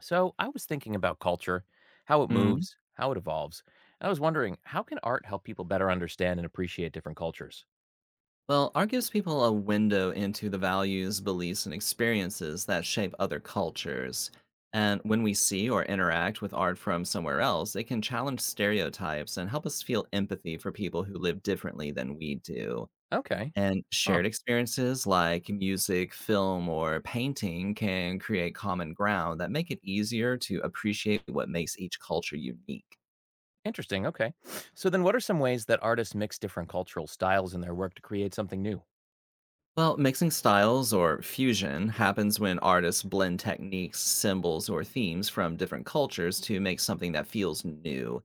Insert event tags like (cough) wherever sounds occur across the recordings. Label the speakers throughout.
Speaker 1: So I was thinking about culture, how it
Speaker 2: Mm.
Speaker 1: moves, how it evolves. And I was wondering, how can art help people better understand and appreciate different cultures?
Speaker 2: Well, art gives people a window into the values, beliefs, and experiences that shape other cultures. And when we see or interact with art from somewhere else, it can challenge stereotypes and help us feel empathy for people who live differently than we do.
Speaker 1: Okay.
Speaker 2: And
Speaker 1: Huh.
Speaker 2: shared experiences like music, film, or painting can create common ground that make it easier to appreciate what makes each culture unique.
Speaker 1: Interesting. Okay. So then what are some ways that artists mix different cultural styles in their work to create something new?
Speaker 2: Well, mixing styles or fusion happens when artists blend techniques, symbols, or themes from different cultures to make something that feels new.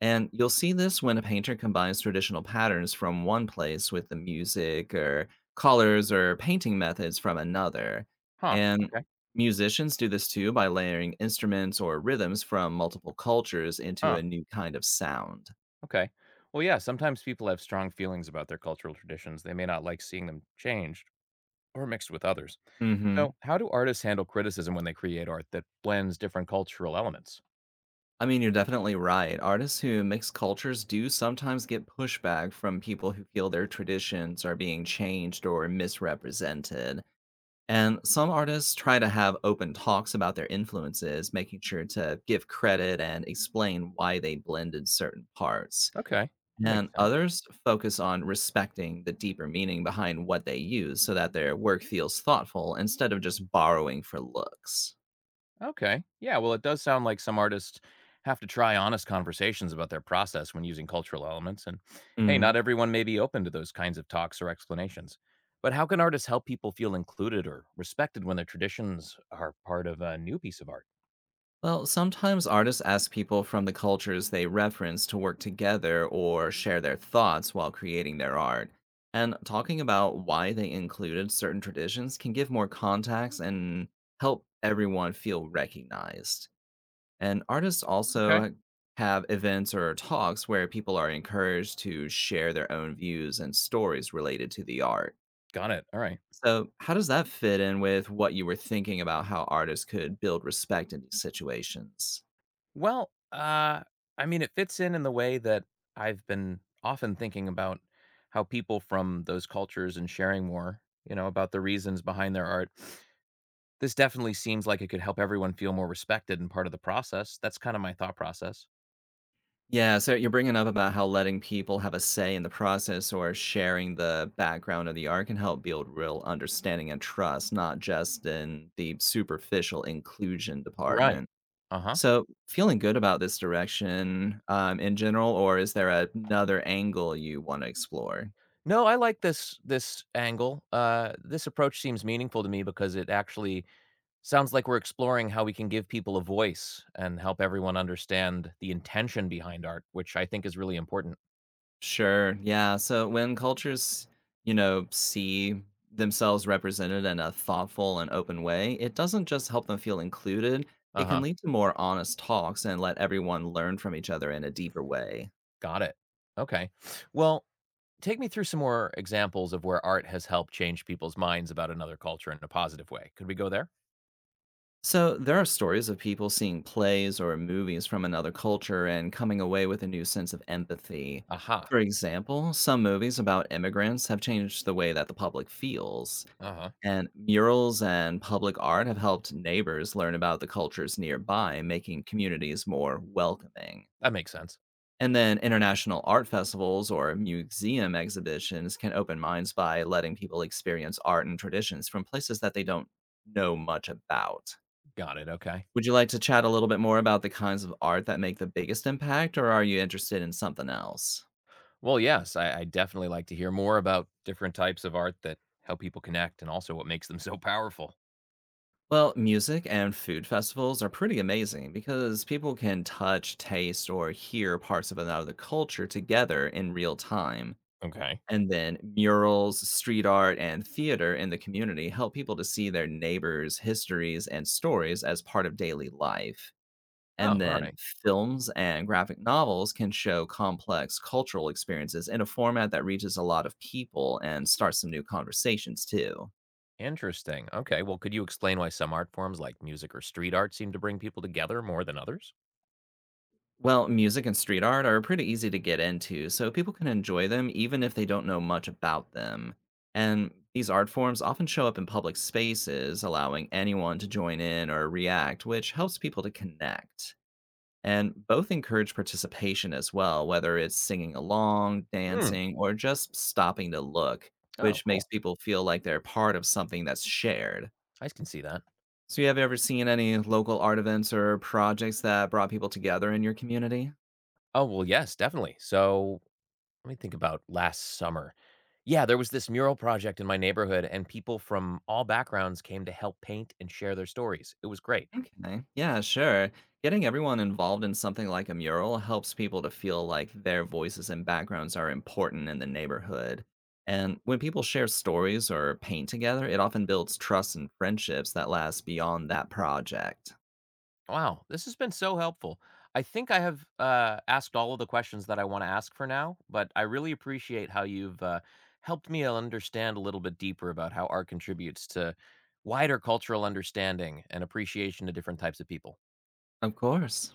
Speaker 2: And you'll see this when a painter combines traditional patterns from one place with the music or colors or painting methods from another.
Speaker 1: Huh.
Speaker 2: And
Speaker 1: Okay.
Speaker 2: musicians do this too by layering instruments or rhythms from multiple cultures into
Speaker 1: Huh.
Speaker 2: a new kind of sound.
Speaker 1: Okay. Well, yeah, sometimes people have strong feelings about their cultural traditions. They may not like seeing them changed or mixed with others. So,
Speaker 2: Hmm.
Speaker 1: how do artists handle criticism when they create art that blends different cultural elements?
Speaker 2: I mean, you're definitely right. Artists who mix cultures do sometimes get pushback from people who feel their traditions are being changed or misrepresented. And some artists try to have open talks about their influences, making sure to give credit and explain why they blended certain parts.
Speaker 1: Okay. That makes
Speaker 2: And
Speaker 1: sense.
Speaker 2: others focus on respecting the deeper meaning behind what they use so that their work feels thoughtful instead of just borrowing for looks.
Speaker 1: Okay. Yeah. Well, it does sound like some artists have to try honest conversations about their process when using cultural elements. And hey,
Speaker 2: Mm.
Speaker 1: not everyone may be open to those kinds of talks or explanations. But how can artists help people feel included or respected when their traditions are part of a new piece of art?
Speaker 2: Well, sometimes artists ask people from the cultures they reference to work together or share their thoughts while creating their art. And talking about why they included certain traditions can give more context and help everyone feel recognized. And artists
Speaker 1: Okay.
Speaker 2: also have events or talks where people are encouraged to share their own views and stories related to the art.
Speaker 1: Got it. All right.
Speaker 2: So, how does that fit in with what you were thinking about how artists could build respect in these situations?
Speaker 1: Well, I mean, it fits in the way that I've been often thinking about how people from those cultures and sharing more about the reasons behind their art. This definitely seems like it could help everyone feel more respected and part of the process. That's kind of my thought process.
Speaker 2: Yeah, so you're bringing up about how letting people have a say in the process or sharing the background of the art can help build real understanding and trust, not just in the superficial inclusion
Speaker 1: Right.
Speaker 2: department.
Speaker 1: Uh-huh.
Speaker 2: So, feeling good about this direction in general, or is there another angle you want to explore?
Speaker 1: No, I like this angle. This approach seems meaningful to me because it actually sounds like we're exploring how we can give people a voice and help everyone understand the intention behind art, which I think is really important.
Speaker 2: Sure. Yeah. So when cultures, you know, see themselves represented in a thoughtful and open way, it doesn't just help them feel included, it can
Speaker 1: Uh-huh.
Speaker 2: lead to more honest talks and let everyone learn from each other in a deeper way.
Speaker 1: Got it. Okay. Well, take me through some more examples of where art has helped change people's minds about another culture in a positive way. Could we go there?
Speaker 2: So there are stories of people seeing plays or movies from another culture and coming away with a new sense of empathy.
Speaker 1: Aha.
Speaker 2: For example, some movies about immigrants have changed the way that the public feels.
Speaker 1: Uh-huh.
Speaker 2: And murals and public art have helped neighbors learn about the cultures nearby, making communities more welcoming.
Speaker 1: That makes sense.
Speaker 2: And then international art festivals or museum exhibitions can open minds by letting people experience art and traditions from places that they don't know much about.
Speaker 1: Got it. Okay.
Speaker 2: Would you like to chat a little bit more about the kinds of art that make the biggest impact, or are you interested in something else?
Speaker 1: Well, yes, I definitely like to hear more about different types of art that help people connect and also what makes them (laughs) so powerful.
Speaker 2: Well, music and food festivals are pretty amazing because people can touch, taste, or hear parts of another culture together in real time.
Speaker 1: Okay.
Speaker 2: And then murals, street art, and theater in the community help people to see their neighbors' histories and stories as part of daily life. And
Speaker 1: Oh, all
Speaker 2: then
Speaker 1: right.
Speaker 2: films and graphic novels can show complex cultural experiences in a format that reaches a lot of people and starts some new conversations too.
Speaker 1: Interesting. Okay. Well, could you explain why some art forms like music or street art seem to bring people together more than others?
Speaker 2: Well, music and street art are pretty easy to get into, so people can enjoy them even if they don't know much about them. And these art forms often show up in public spaces, allowing anyone to join in or react, which helps people to connect. And both encourage participation as well, whether it's singing along,
Speaker 1: Hmm.
Speaker 2: dancing, or just stopping to look,
Speaker 1: Oh,
Speaker 2: which makes
Speaker 1: cool.
Speaker 2: people feel like they're part of something that's shared.
Speaker 1: I can see that.
Speaker 2: So, you have ever seen any local art events or projects that brought people together in your community?
Speaker 1: Oh, well, yes, definitely. So let me think about last summer. Yeah, there was this mural project in my neighborhood, and people from all backgrounds came to help paint and share their stories. It was great.
Speaker 2: Okay. Yeah, sure. Getting everyone involved in something like a mural helps people to feel like their voices and backgrounds are important in the neighborhood. And when people share stories or paint together, it often builds trust and friendships that last beyond that project.
Speaker 1: Wow, this has been so helpful. I think I have asked all of the questions that I want to ask for now, but I really appreciate how you've helped me understand a little bit deeper about how art contributes to wider cultural understanding and appreciation to different types of people.
Speaker 2: Of course.